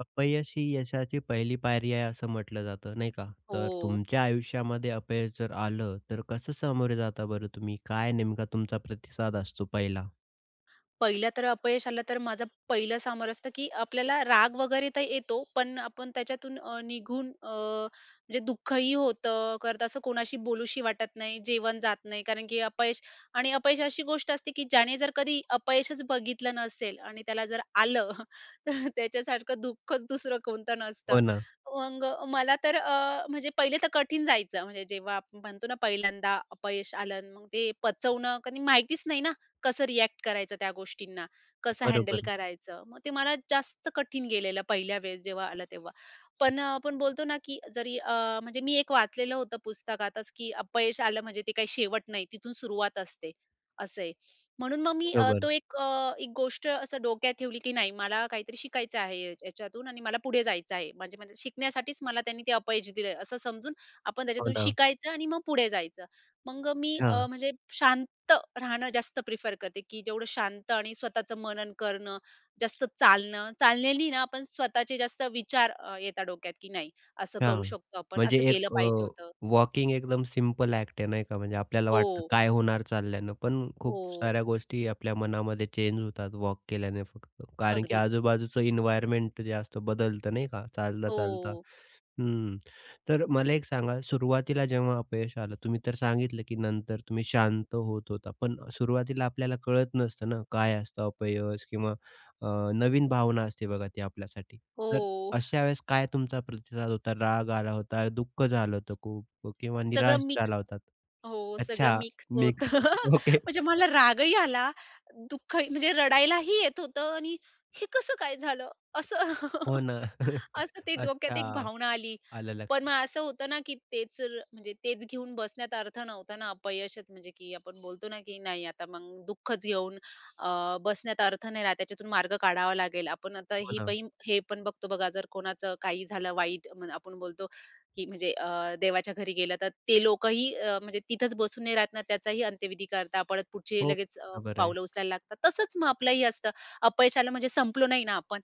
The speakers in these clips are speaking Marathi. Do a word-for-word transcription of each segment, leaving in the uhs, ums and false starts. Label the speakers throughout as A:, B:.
A: अपयश ही यशाची पहिली पायरी आहे असं म्हटलं जातं नाही का? तर
B: हो.
A: तुमच्या आयुष्यामध्ये अपयश जर आलं, तर कसं सामोरे जाता बरं तुम्ही? काय नेमका तुमचा प्रतिसाद असतो पहिला?
B: पहिलं तर अपयश आलं तर माझं पहिलं समोर असतं, की आपल्याला राग वगैरे तर येतो, पण आपण त्याच्यातून अ, निघून अ, म्हणजे दुःखही होतं, करत असं कोणाशी बोलूशी वाटत नाही, जेवण जात नाही. कारण की अपयश आणि अपयश अशी गोष्ट असते, की ज्याने जर कधी अपयशच बघितलं नसेल आणि त्याला जर आलं, तर त्याच्यासारखं दुःखच दुसरं कोणतं नसतं.
A: हो ना.
B: मग मला तर अ, म्हणजे पहिले तर कठीण जायचं. म्हणजे जेव्हा आपण म्हणतो ना पहिल्यांदा अपयश आलं, मग ते पचवणं, कारण माहितीच नाही ना कसं रिएक्ट करायचं त्या गोष्टींना, कसं हँडल
A: बरोबर,
B: करायचं. मग ते मला जास्त कठीण गेलेलं पहिल्या वेळेस जेव्हा आलं तेव्हा. पण अ, आपण बोलतो ना, की जरी अ, म्हणजे मी एक वाचलेलं होतं पुस्तक आताच, की अपयश आलं म्हणजे ते काही शेवट नाही, तिथून सुरुवात असते, असं आहे. म्हणून मग मी अ,
A: बरोबर.
B: तो एक अ, एक गोष्ट असं डोक्यात ठेवली, की नाही मला काहीतरी शिकायचं आहे या याच्यातून आणि मला पुढे जायचं आहे. म्हणजे म्हणजे शिकण्यासाठीच मला त्यांनी ते अपयश दिलं असं समजून आपण
A: हो
B: त्याच्यातून
A: ना.
B: शिकायचं आणि मग पुढे जायचं. मग मी अ,
A: हां,
B: म्हणजे शांत शांत राहणं जास्त प्रिफर करते, की जेवढं शांत आणि स्वतःचं मनन करणं, जास्त चालणं. चालण्यानी ना आपण स्वतःचे जास्त विचार अ, येतात डोक्यात, की नाही असं करू
A: हां.
B: शकतो आपण,
A: म्हणजे
B: असं केलं
A: एक अ,
B: पाहिजे होतं.
A: वॉकिंग एकदम सिंपल ॲक्ट आहे नाही का? म्हणजे आपल्याला वाटतं
B: हो,
A: काय होणार चालल्यानं, पण खूप
B: हो.
A: साऱ्या गोष्टी आपल्या मनामध्ये चेंज होतात वॉक केल्याने फक्त. कारण की
B: अगदीच.
A: आजूबाजूचं एन्व्हायर्नमेंट जे असतं बदलतं नाही का? चालता-चालता.
B: हो,
A: हं. तर मला एक सांगा, सुरुवातीला जेव्हा अपयश आलं, तुम्ही तर सांगितलं, की नंतर तुम्ही शांत होत होता. पण सुरुवातीला आपल्याला कळत नसतं ना, काय असतं अपयश किंवा अ, नवीन भावना असते बघा ती आपल्यासाठी. तर
B: हो.
A: अशा वेळेस काय तुमचा प्रतिसाद होता? राग आला होता, दुःख झालं होतं खूप किंवा
B: सगळं
A: निराश
B: मिक्स
A: झाला होतात?
B: हो, सगळं
A: अच्छा,
B: मिक्स होतं.
A: मिक्स. ओके.
B: म्हणजे मला रागही आला, दुःख म्हणजे रडायलाही येत होतं आणि हे कसं काय झालं? असं.
A: हो ना.
B: असं ते
A: अच्छा,
B: डोक्यात एक भावना आली.
A: आलं
B: पण
A: लक्षात.
B: मग असं होतं ना, की तेच र म्हणजे तेच घेऊन बसण्यात अर्थ नव्हता ना, अपयशच म्हणजे की आपण बोलतो ना, की नाही आता मग दुःखच घेऊन अ, बसण्यात अर्थ नाही राहत. त्याच्यातून मार्ग काढावा लागेल. आपण आता
A: हो
B: ही
A: ना.
B: पण हे पण बघतो बघा, जर कोणाचं काही झालं वाईट मग आपण बोलतो, की म्हणजे अ, देवाच्या घरी गेलं तर ते लोकंही अ, म्हणजे तिथंच बसून नाही राहत ना, त्याचाही अंत्यविधी करता परत पुढचे
A: हो,
B: लगेच अ,
A: बरोबर आहे.
B: पावलं उचलायला लागतात. तसंच मग आपलंही असतं. अपयश म्हणजे संपलो नाही ना आपण.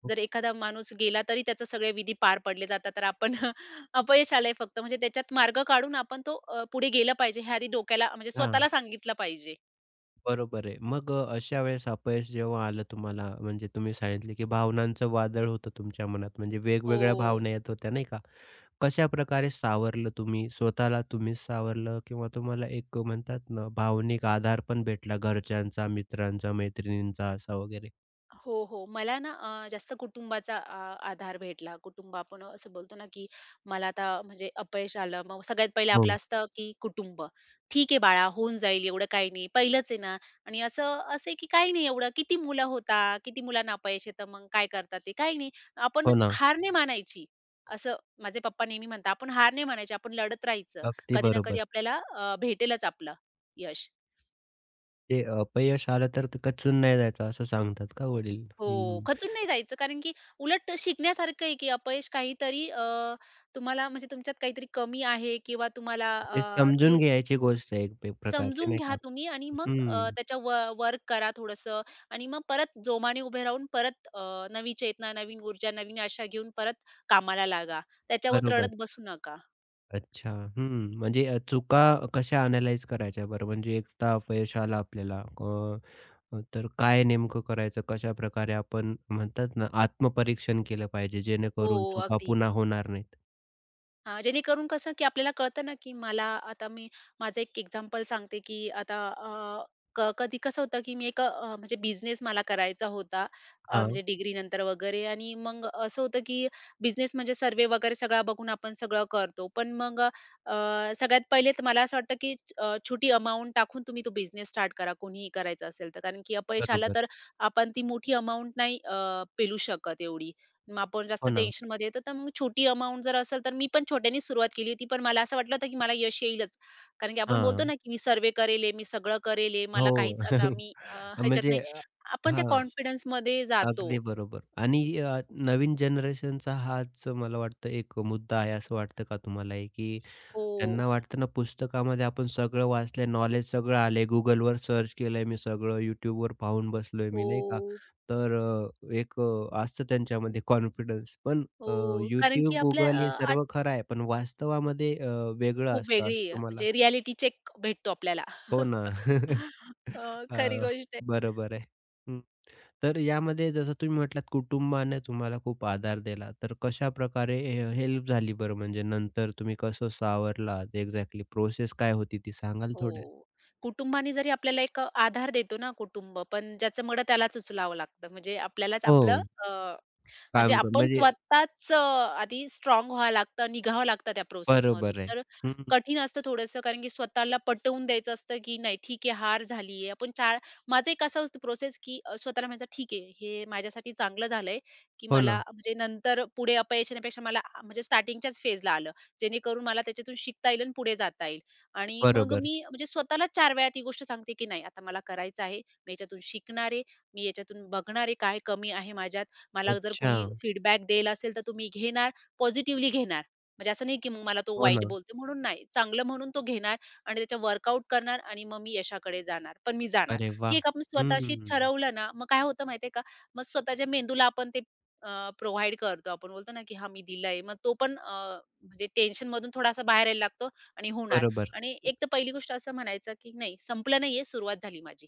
A: खूप
B: जर एखादा माणूस गेला तरी त्याचे सगळे विधी पार पडले जातात. तर आपण अपयश आलंय फक्त म्हणजे त्याच्यात मार्ग काढून आपण तो अ, पुढे गेला पाहिजे हे आधी डोक्याला म्हणजे
A: छान.
B: स्वतःला सांगितलं पाहिजे.
A: बरोबर आहे. मग अ, अशा वेळेस अपयश जेव्हा आलं तुम्हाला, म्हणजे तुम्ही सांगितले की भावनांचं वादळ होतं तुमच्या मनात, म्हणजे वेगवेगळ्या
B: हो.
A: भावना येत होत्या, नाही का? कशाप्रकारे सावरलं तुम्ही? स्वतःला तुम्हीच सावरलं किंवा तुम्हाला एक म्हणतात ना, भावनिक आधार पण भेटला घरच्यांचा, मित्रांचा, मैत्रिणींचा असा वगैरे?
B: हो, हो. मला ना अ, जास्त कुटुंबाचा आ आधार भेटला. कुटुंब आपण असं बोलतो ना, की मला आता म्हणजे अपयश आलं. मग सगळ्यात पहिलं आपलं
A: हो.
B: असतं, की कुटुंब. "ठीक आहे बाळा, होऊन जाईल एवढं काही नाही. पहिलंच आहे ना." आणि असं असं आहे, की काही नाही एवढं. किती मुलं होता, किती मुलांना अपयश येतं, मग काय करतात ते? काही नाही. आपण
A: हो ना,
B: हार नाही मानायची. असं माझे पप्पा नेहमी म्हणतात, "आपण हार नाही मानायची. आपण लढत राहायचं.
A: अगदी
B: कधी ना कधी
A: बरोबर.
B: आपल्याला अ, भेटेलच आपलं यश."
A: ते अपयश आलं तर ते कचून नाही जायचं असं सांगतात का वडील?
B: हो,
A: हं.
B: खचून नाही जायचं कारण की उलट शिकण्यासारखं आहे, की अपयश काहीतरी अ, तुम्हाला म्हणजे तुमच्यात काहीतरी कमी आहे किंवा तुम्हाला
A: ते
B: अ, ते
A: समजून घ्यायची गोष्ट आहे एक पे- प्रकारची,
B: समजून
A: नाही
B: घ्या
A: का?
B: तुम्ही आणि मग
A: हं,
B: अ, त्याच्यावर व वर्क करा थोडंसं आणि मग परत जोमाने उभे राहून परत अ, नवी चेतना, नवीन ऊर्जा, नवीन आशा घेऊन परत कामाला लागा. त्याच्यावर
A: बरोबर.
B: रडत बसू नका.
A: अच्छा. हं. म्हणजे अ, चुका कशा अॅनलाईज करायच्या बरं? म्हणजे एकदा अपयश आलं आपल्याला अ, अ, तर काय नेमकं करायचं? कशाप्रकारे आपण म्हणतात ना, आत्मपरीक्षण केलं पाहिजे
B: हो,
A: जेणेकरून चुका पुन्हा
B: अगदीच.
A: होणार नाहीत?
B: हां, जेणेकरून कसं, की आपल्याला कळतं ना, की मला आता मी माझं एक एक्झाम्पल सांगते, की आता अ, क कधी कसं होतं, की मी एक अ, म्हणजे बिझनेस मला करायचा होता, अ,
A: हां,
B: म्हणजे डिग्रीनंतर वगैरे आणि मग असं होतं, की बिझनेस म्हणजे सर्व्हे वगैरे सगळा बघून आपण सगळं करतो. पण मग अ, सगळ्यात पहिले तर मला असं वाटतं, की अ, छोटी अमाउंट टाकून तुम्ही तो बिझनेस स्टार्ट करा, कोणीही करायचा असेल तर. कारण की अपयश आलं
A: बरोबर.
B: तर आपण ती मोठी अमाउंट नाही अ, पेलू शकत एवढी. मग आपण जास्त
A: हो ना.
B: टेन्शनमध्ये येतो. तर मग छोटी अमाउंट जर असेल, तर मी पण छोट्याने सुरुवात केली होती. पण मला असं वाटलं होतं, की मला यश येईलच. कारण की आपण बोलतो
A: हां.
B: ना, की मी सर्वे करेले, मी सगळं करेले, आहे. मला
A: हो.
B: काहीच आता मी अ, ह्याच्यात
A: म्हणजे
B: नाही.
A: अ,
B: आपण त्या
A: हां,
B: कॉन्फिडन्समध्ये जातो.
A: अगदी बरोबर. आणि अ, नवीन जनरेशनचा हाच मला वाटतं एक मुद्दा आहे असं वाटतं का तुम्हालाही? की
B: हो,
A: त्यांना वाटतं ना पुस्तकामध्ये आपण सगळं वाचलंय, नॉलेज सगळं आलंय. Googleवर सर्च केलंय मी सगळं, YouTubeवर पाहून बसलोय मी, नाही का?
B: हो,
A: तर अ, एक अ, असतं त्यांच्यामध्ये कॉन्फिडन्स. पण अ,
B: हो. कारण की
A: YouTube,
B: आपल्या
A: Google हे
B: अ, आज
A: सर्व खरं आहे, पण वास्तवामध्ये अ, वेगळं
B: खूप
A: असतं
B: वेगळी
A: असं
B: अ,
A: तुम्हाला
B: म्हणजे रिएलिटी चेक भेटतो आपल्याला.
A: हो ना.
B: अ, खरी
A: अ,
B: गोष्ट आहे.
A: बरोबर आहे. हं. तर यामध्ये जसं तुम्ही म्हटलात कुटुंबाने तुम्हाला खूप आधार दिला. तर कशाप्रकारे हे हेल्प झाली बरं म्हणजे नंतर तुम्ही कसं सावरलात? एक्झॅक्टली प्रोसेस काय होती ती सांगाल थोड्यात?
B: हो. कुटुंबाने जरी आपल्याला एक आधार देतो ना कुटुंब, पण ज्याचं मड त्यालाच उचलावं लागतं. म्हणजे आपल्यालाच
A: हो.
B: आपलं म्हणजे
A: काम करून
B: आपण
A: म्हणजे
B: स्वतःच अ, आधी स्ट्राँग व्हावं लागतं, निघावं लागतं त्या प्रोसेसमधून.
A: बरोबर आहे.
B: तर
A: हं.
B: कठीण असतं थोडंसं कारण की स्वतःला पटवून द्यायचं असतं, की नाही ठीक आहे, हार झाली आपण चार माझं एक असं असतं प्रोसेस, की अ, स्वतःला म्हणायचं ठीक आहे, हे माझ्यासाठी चांगलं झालंय, की
A: हो
B: मला
A: ना.
B: म्हणजे नंतर पुढे अपयश येण्यापेक्षा मला आ, म्हणजे स्टार्टिंगच्याच फेजला आलं. जेणेकरून मला त्याच्यातून शिकता येईल आणि पुढे जाता येईल. आणि मग
A: बरोबर.
B: मी म्हणजे स्वतःला चार वेळा ती गोष्ट सांगते, की नाही आता मला करायचं आहे. मी याच्यातून शिकणार आहे. मी याच्यातून बघणार आहे काय कमी आहे माझ्यात मला जर
A: अच्छा.
B: कोणी फीडबॅक देईल असेल तर तो मी घेणार, पॉझिटिव्हली घेणार. म्हणजे असं नाही की मग मला तो
A: हो
B: वाईट
A: ना.
B: बोलतोय म्हणून नाही. चांगलं म्हणून तो घेणार आणि त्याच्या वर्कआउट करणार आणि मग मी यशाकडे जाणार. पण मी जाणार.
A: अरे
B: ही
A: वाह!
B: एक आपण स्वतःशी
A: हं.
B: ठरवलं ना, मग काय होतं माहिती का? मग स्वतःच्या मेंदूला आपण ते अ, करतो. आपण बोलतो ना की हां, मी दिलंय. मग तो पण अ, म्हणजे टेन्शनमधून थोडासा बाहेर यायला लागतो आणि होणार.
A: बरोबर.
B: आणि एक तर पहिली गोष्ट असं म्हणायचं की नाही संपलं नाहीये, सुरुवात झाली माझी.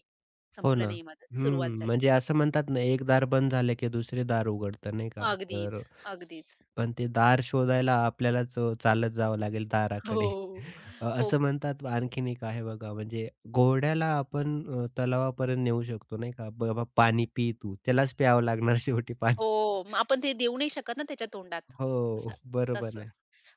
A: हो
B: संपलं
A: ना.
B: नाहीये माझं, सुरुवात
A: हं.
B: झाली.
A: म्हणजे असं म्हणतात ना, एक दार बंद झालं की दुसरे दार उघडतं नाही का?
B: अगदीच,
A: तर
B: अगदीच.
A: पण ते दार शोधायला आपल्यालाच अ, चालत जावं लागेल दाराकडे.
B: हो.
A: अ,
B: हो,
A: असं म्हणतात आणखीन एक आहे बघा, म्हणजे घोड्याला आपण अ, तलावापर्यंत नेऊ शकतो नाही का? "बाबा पाणी पी तू." त्यालाच प्यावं लागणार शेवटी पाणी.
B: हो. मग आपण ते देऊ नाही शकत ना त्याच्या तोंडात.
A: हो,
B: असं, तसं.
A: बरोबर आहे.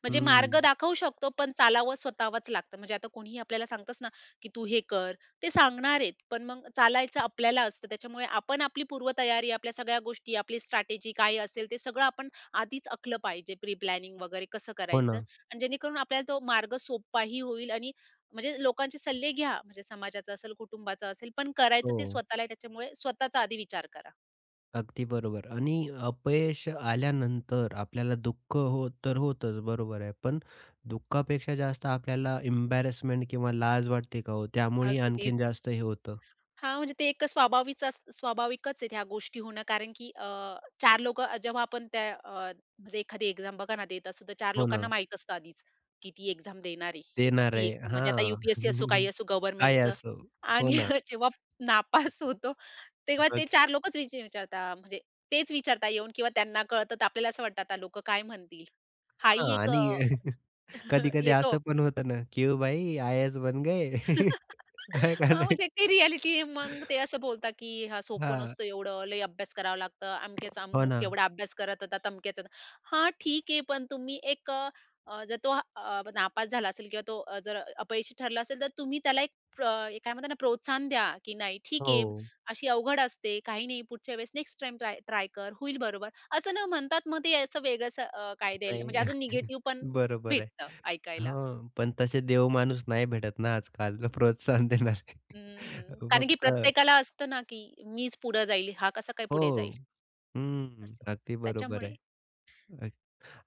B: म्हणजे मार्ग
A: हं.
B: दाखवू शकतो, पण चालावं स्वतःलाच लागतं. म्हणजे आता कोणीही आपल्याला सांगतच ना, की "तू हे कर." ते सांगणार आहेत, पण मग चालायचं आपल्याला असतं. त्याच्यामुळे आपण आपली पूर्वतयारी, आपल्या सगळ्या गोष्टी, आपली स्ट्रॅटेजी काय असेल, ते सगळं आपण आधीच आखलं पाहिजे. प्री प्लॅनिंग वगैरे कसं
A: हो
B: करायचं
A: ना.
B: आणि जेणेकरून आपल्याला तो मार्ग सोपाही होईल आणि म्हणजे लोकांचे सल्ले घ्या, म्हणजे समाजाचा असेल, कुटुंबाचा असेल, पण करायचं
A: हो.
B: ते स्वतःला आहे. त्याच्यामुळे स्वतःचा आधी विचार करा.
A: अगदी बरोबर आणि अपयश आल्यानंतर आपल्याला दुःख हो तर होतंच बरोबर आहे. पण दुःखापेक्षा जास्त आपल्याला एम्बॅरसमेंट किंवा लाज वाटते का हो? त्यामुळेही आणखीन
B: अगदीच.
A: जास्त हे होतं.
B: हां, म्हणजे ते एक स्वाभाविक स्वाभाविकच आहेत ह्या गोष्टी होणं कारण की अ, चार लोकं जेव्हा आपण त्या अ, म्हणजे एखादी एक्झाम बघा ना देत असू तर चार
A: हो ना.
B: लोकांना माहीत असतं आधीच, की ती एक्झाम देणार आहे.
A: देणार
B: ती
A: आहे.
B: एक्झाम म्हणजे आता यू
A: हां.
B: पी असो, काही असो
A: काय
B: गव्हर्नमेंटचं
A: असो. हो
B: आणि
A: ना.
B: जेव्हा नापास होतो, तेव्हा
A: मग
B: ते चार लोकच विच म्हणजे तेच विचारता येऊन किंवा त्यांना कळतं तर आपल्याला असं वाटतं आता लोकं काय म्हणतील?
A: हां
B: हाही एक
A: आणि
B: अ,
A: कधी-कधी
B: येतो
A: असं पण होतं ना, "क्यों भाई आयस बन गए?" आहे का
B: हां,
A: नाही?
B: म्हणजे ते रिअॅलिटी मग ते असं बोलतात, की "हा सोपं
A: हां.
B: नसतं एवढं, लई अभ्यास करावा लागतं, अमक्याचा
A: हो ना.
B: अमुक एवढा अभ्यास करत होता, तमक्याचा" हां, ठीक आहे, पण तुम्ही एक अ, अ, जर तो अ, नापास झाला असेल किंवा तो अ, जर अपयशी ठरला असेल, तर तुम्ही त्याला एक प्र एक काय म्हणतात ना, प्रोत्साहन द्या, की "नाही, ठीक
A: हो.
B: आहे, अशी अवघड असते, काही नाही, पुढच्या वेळेस नेक्स्ट टाईम ट्राय ट्राय कर, होईल बरोबर." असं न म्हणतात, मग ते असं वेगळंच काय देईल म्हणजे
A: नाही.
B: अजून निगेटिव्ह पण
A: बरोबर आहे.
B: भेटतं ऐकायला.
A: हां, पण तसे देव माणूस नाही भेटत ना आजकाल प्रोत्साहन देणारे.
B: हम्म, कारण की
A: फक्त
B: प्रत्येकाला असतं ना, की मीच पुढे जाईल, हा कसा काय
A: हो.
B: पुढे जाईल?
A: हं.
B: असं.
A: अगदी बरोबर
B: त्याच्यामुळे
A: आहे.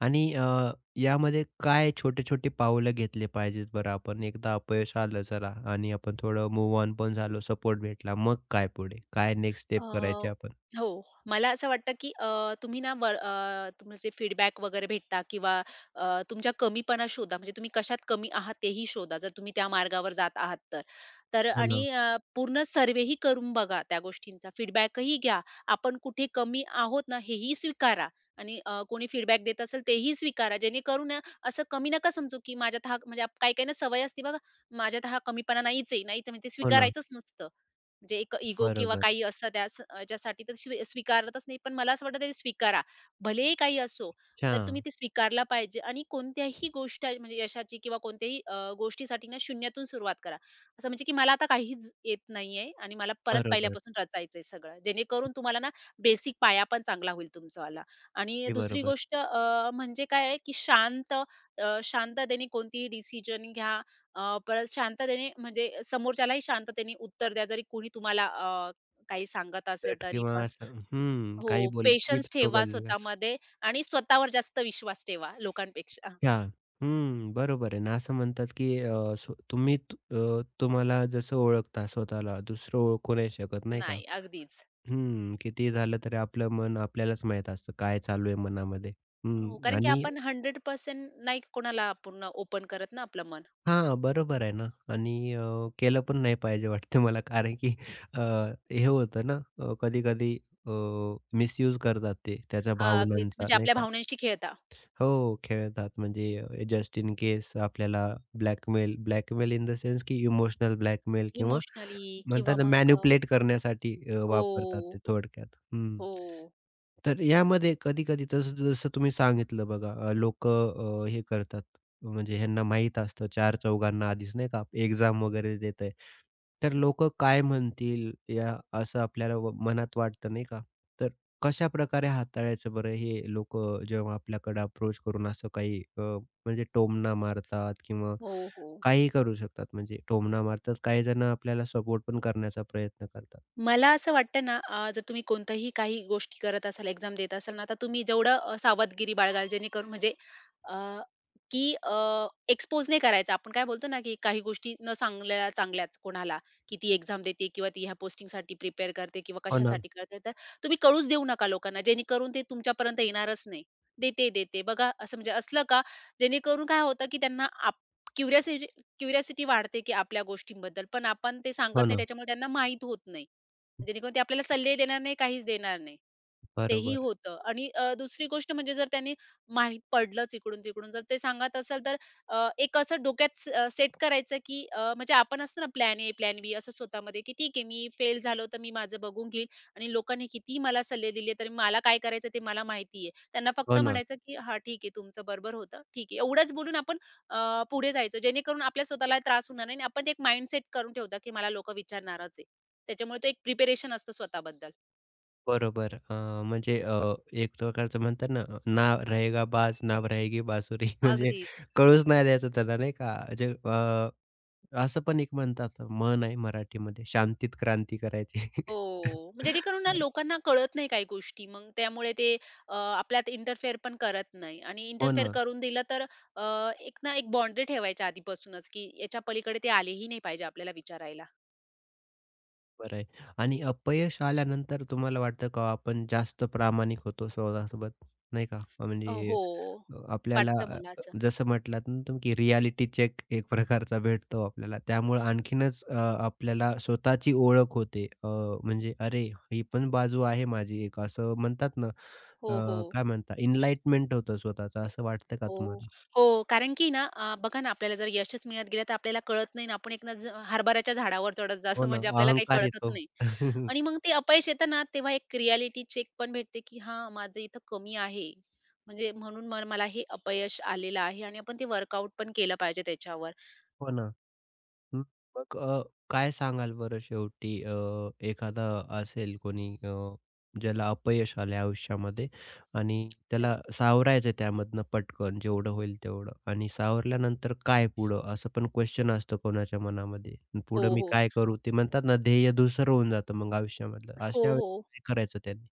A: आणि अ, यामध्ये काय छोटे-छोटे पावलं घेतले पाहिजेत बरं आपण? एकदा अपयश आलं चला आणि आपण थोडं मूव्ह ऑन पण झालो, सपोर्ट भेटला. मग काय पुढे? काय नेक्स्ट
B: अ,
A: स्टेप करायची आपण?
B: हो. मला असं वाटतं, की अ, तुम्ही ना वर अ, तुमचे फीडबॅक वगैरे भेटता किंवा अ, तुमच्या कमीपणा शोधा. म्हणजे तुम्ही कशात कमी आहात तेही शोधा, जर तुम्ही त्या मार्गावर जात आहात तर. तर
A: हो ना,
B: आणि अ, पूर्ण सर्व्हेही करून बघा त्या गोष्टींचा. फीडबॅकही घ्या. आपण कुठे कमी आहोत ना, हेही स्वीकारा आणि अ, कोणी फीडबॅक देत असेल तेही स्वीकारा. जेणेकरून ना असं कमी नका समजू, की माझ्यात हा म्हणजे काही-काहींना सवय असते बघा, माझ्यात हा कमीपणा नाहीच आहे, नाहीच आहे म्हणजे ते
A: हो ना.
B: स्वीकारायचंच नसतं. म्हणजे एक इगो किंवा
A: बरोबर.
B: काही असतं त्यास त्याच्यासाठी तर स्वी स्वीकारतच नाही. पण मला असं वाटतं ते स्वीकारा. भलेही काही असो,
A: अच्छा.
B: तर तुम्ही ते स्वीकारला पाहिजे आणि कोणत्याही गोष्ट म्हणजे यशाची किंवा कोणत्याही अ, गोष्टीसाठी ना शून्यातून सुरुवात करा. असं म्हणजे की मला आता काहीच येत नाहीये आणि मला परत
A: बरोबर.
B: पहिल्यापासून रचायचंय सगळं. जेणेकरून तुम्हाला ना बेसिक पाया पण चांगला होईल तुमचावाला. आणि
A: ते
B: दुसरी
A: बरोबर.
B: गोष्ट अ, म्हणजे काय आहे की शांत अ, शांततेने कोणतीही डिसिजन घ्या अ, परत शांततेने म्हणजे समोरच्यालाही शांततेने उत्तर द्या. जरी कोणी तुम्हाला अ, काही सांगत असेल
A: गट
B: तरी
A: किंवा
B: पण.
A: असं हं,
B: हो,
A: काही बोललं
B: पेशन्स
A: टिप्स
B: ठेवा
A: वगैरे देतात.
B: स्वतःमध्ये आणि स्वतःवर जास्त विश्वास ठेवा लोकांपेक्षा.
A: अच्छा. हं, बरोबर आहे ना. असं म्हणतात की अ, स्व तुम्ही तु- अ, तुम्हाला जसं ओळखता स्वतःला दुसरं ओळखू नाही शकत, नाही का?
B: नाही, अगदीच.
A: हं, कितीही झालं तरी आपलं मन आपल्यालाच माहीत असतं काय चालू आहे मनामध्ये. हं,
B: हो, कारण की
A: आणि
B: आपण शंभर टक्के नाही कोणाला पूर्ण ओपन करत ना आपलं मन.
A: हां, बरोबर आहे ना आणि अ, केलं पण नाही पाहिजे वाटतं मला कारण की अ, हे होतं ना अ, कधी-कधी अ, मिसयूज करतात ते त्याच्या
B: हां, अगदीच.
A: भावनांचा
B: म्हणजे
A: नाही
B: आपल्या
A: का?
B: भावनांशी खेळता.
A: हो, खेळतात. म्हणजे जस्ट इन केस आपल्याला blackmail blackmail in the sense की इमोशनल ब्लॅकमेल किंवा
B: इमोशनली किंवा
A: म्हणतात ना
B: मग अ,
A: मॅनिपुलेट करण्यासाठी अ, वापरतात ते
B: हो,
A: थोडक्यात. हं.
B: हो,
A: तर यामध्ये कधी-कधी तसं जसं तुम्ही सांगितलं बघा अ, लोकं अ, हे करतात म्हणजे ह्यांना माहीत असतं चार चौघांना आधीच नाही का एक्झाम वगैरे देत आहे. तर लोकं काय म्हणतील या असं आपल्याला व मनात वाटतं नाही का? कशाप्रकारे हाताळायचं बरं हे लोकं जेव्हा आपल्याकडे अप्रोच करून असं काही अ, म्हणजे टोमणा मारतात किंवा
B: हो, हो.
A: काहीही करू शकतात म्हणजे टोमणा मारतात. काही जण आपल्याला सपोर्ट पण करण्याचा प्रयत्न करतात.
B: मला असं वाटतं ना, अ, जर तुम्ही कोणत्याही काही गोष्टी करत असाल, एक्झाम देत असाल ना, तर तुम्ही जेवढं अ, सावधगिरी बाळगाल जेणेकरून म्हणजे अ, की अ, एक्सपोज नाही करायचं. आपण काय बोलतो ना, की काही गोष्टी न सांगल्या चांगल्याच कोणाला, की ती एक्झाम देते किंवा ती ह्या पोस्टिंगसाठी प्रिपेअर करते किंवा
A: हो ना,
B: कशासाठी करते. तर तुम्ही कळूच देऊ नका लोकांना, जेणेकरून ते तुमच्यापर्यंत येणारच नाही. देते, देते बघा असं म्हणजे असलं का, जेणेकरून काय होतं, की त्यांना आप क्युरिओसिटी क्युरिओसिटी वाढते, की आपल्या गोष्टींबद्दल. पण आपण ते सांगत
A: हो
B: नाही
A: ना.
B: त्याच्यामुळे त्यांना माहीत होत नाही. जेणेकरून ते आपल्याला सल्ले देणार नाही, काहीच देणार नाही. तेही
A: बरोबर.
B: होतं आणि अ, दुसरी गोष्ट म्हणजे जर त्यांनी माहित पडलंच इकडून-तिकडून जर ते सांगत असेल तर अ, एक असं डोक्यात सेट करायचं की अ, म्हणजे आपण असतो ना प्लॅन ए, प्लॅन बी असं स्वतःमध्ये की ठीक आहे मी फेल झालो तर मी माझं बघून घेईल आणि लोकांनी कितीही मला सल्ले दिले तरी मला काय करायचं ते मला माहिती आहे. त्यांना
A: हो
B: फक्त
A: ना,
B: म्हणायचं की "हां, ठीक आहे तुमचं बरोबर होतं. ठीक आहे." एवढंच बोलून आपण अ, पुढे जायचं जेणेकरून आपल्या स्वतःला त्रास होणार नाही आणि आपण ते एक माइंडसेट करून ठेवतो, की मला लोकं विचारणारच आहे. त्याच्यामुळे तो एक प्रिपेरेशन असतं स्वतःबद्दल.
A: बरोबर. अ, म्हणजे अ, एक प्रकारचं म्हणतात ना, "ना रहेगा बाज, ना रहेगी बासुरी." म्हणजे
B: अगदीच.
A: कळूच नाही द्यायचं त्याला नाही का? जे अ, असं पण एक म्हणतात म्हण आहे मराठीमध्ये, "शांतीत क्रांती करायची."
B: हो. मग जेणेकरून ना लोकांना कळत नाही काही गोष्टी. मग त्यामुळे ते अ, आपल्यात इंटरफेअर पण करत नाही आणि
A: हो
B: इंटरफेअर
A: ना.
B: करून दिलं तर अ, एक ना एक बाउंडरी ठेवायच्या आधीपासूनच, की याच्या पलीकडे ते आलेही नाही पाहिजे आपल्याला विचारायला.
A: बरं आहे. आणि अपयश आल्यानंतर तुम्हाला वाटतं का आपण जास्त प्रामाणिक होतो स्वतःसोबत? नाही का?
B: अ,
A: म्हणजे
B: हो.
A: अ, आपल्याला
B: वाटतं
A: अ,
B: मला
A: अ,
B: असं.
A: जसं म्हटलात ना तुम्ही, की रिॲलिटी चेक एक प्रकारचा भेटतो आपल्याला. त्यामुळे आणखीनच अ, आपल्याला स्वतःची ओळख होते. अ, म्हणजे "अरे, ही पण बाजू आहे माझी एक." असं म्हणतात ना,
B: हो, हो.
A: अ, काय म्हणतात एनलाइटमेंट होतं स्वतःचं. असं वाटतं का
B: हो,
A: तुम्हाला?
B: हो. कारण की ना अ, बघा ना, आपल्याला जर यशच मिळत गेलं, तर आपल्याला कळत नाही ना, आपण एक ना झ हरभऱ्याच्या झाडावर चढत जातो
A: हो ना,
B: म्हणजे आपल्याला काही
A: अहंकार
B: कळतच
A: येतो.
B: नाही. आणि मग ते अपयश येतं ना, तेव्हा एक रिॲलिटी चेक पण भेटते, की हां, माझं इथं कमी आहे. म्हणजे म्हणून म मला हे अपयश आलेलं आहे आणि आपण ते वर्कआउट पण केलं पाहिजे त्याच्यावर.
A: हो ना. हं, मग अ, काय सांगाल बरं शेवटी अ, एखादा असेल कोणी अ, ज्याला अपयश आले आयुष्यामध्ये आणि
B: तर
A: त्याला सावरायचं त्यामधनं पटकन जेवढं होईल तेवढं आणि सावरल्यानंतर काय पुढं? असं पण क्वेश्चन असतं कोणाच्या मनामध्ये. अन पुढं
B: हो,
A: मी
B: हो.
A: काय करू? ते म्हणतात ना ध्येय धूसर होऊन जातं मग आयुष्यामधलं. अशा
B: हो,
A: वेळेस
B: हो.
A: काय करायचं त्यांनी?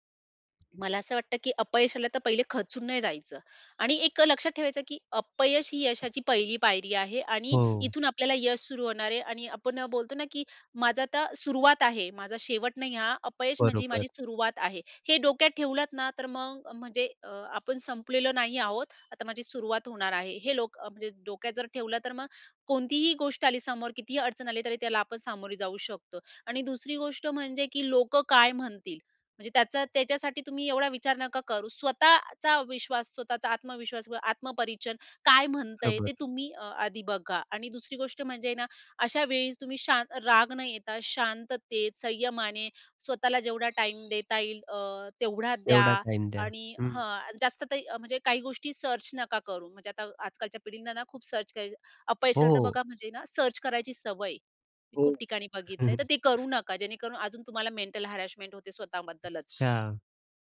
B: मला असं वाटतं, की अपयश आलं तर पहिले खचून नाही जायचं आणि एक लक्षात ठेवायचं, की अपयश ही यशाची पहिली पायरी आहे आणि
A: हो.
B: इथून आपल्याला यश सुरू होणार आहे आणि आपण बोलतो ना, की माझा आता सुरुवात आहे, माझा शेवट नाही हा. अपयश म्हणजे
A: बरोबर,
B: माझी सुरुवात आहे. हे डोक्यात ठेवलात ना, तर मग म्हणजे अ, आपण संपलेलो नाही आहोत. आता माझी सुरुवात होणार आहे. हे लोक अ, म्हणजे डोक्यात जर ठेवलं, तर मग कोणतीही गोष्ट आली समोर, कितीही अडचण आली, तरी त्याला आपण सामोरे जाऊ शकतो आणि दुसरी गोष्ट म्हणजे, की लोकं काय म्हणतील? म्हणजे त्याचा त्याच्यासाठी तुम्ही एवढा विचार नका करू. स्वतःचा विश्वास, स्वतःचा आत्मविश्वास व आत्मपरीक्षण काय म्हणतंय
A: बरोबर.
B: ते तुम्ही अ, आधी बघा आणि दुसरी गोष्ट म्हणजे ना, अशा वेळी तुम्ही शांत राग न येता शांततेत, संयमाने स्वतःला जेवढा टाईम देता येईल अ, तेवढा द्या
A: एवढा टाईम द्या.
B: आणि
A: हं.
B: हां, जास्त ते म्हणजे काही गोष्टी सर्च नका करू. म्हणजे आता आजकालच्या पिढींना ना खूप सर्च करायची
A: हो,
B: अपयशाला तर
A: हो.
B: बघा म्हणजे ना सर्च करायची सवय. मी खूप ठिकाणी बघितलंय,
A: हो.
B: तर ते करू नका. जेणेकरून अजून तुम्हाला मेंटल हॅरॅसमेंट होते स्वतःबद्दलच.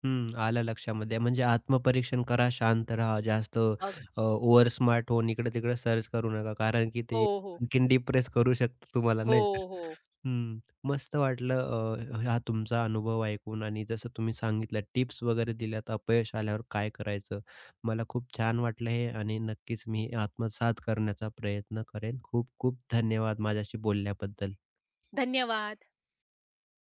A: हं, आलं लक्षामध्ये. म्हणजे आत्मपरीक्षण करा, शांत राहा. जास्त अ,
B: अगदी.
A: ओव्हर स्मार्ट होऊन इकडे-तिकडे सर्च करू नका. कारण की
B: हो,
A: ते
B: हो.
A: आणखीन डिप्रेस करू शकतं तुम्हाला नाही तर.
B: हो, हो.
A: हं, मस्त वाटलं अ, हा तुमचा अनुभव ऐकून आणि जसं तुम्ही सांगितलं टिप्स वगैरे दिल्यात अपयश आल्यावर काय करायचं. मला खूप छान वाटलं हे आणि नक्कीच मी आत्मसात करण्याचा प्रयत्न करेन. खूप खूप धन्यवाद माझ्याशी बोलल्याबद्दल.
B: धन्यवाद.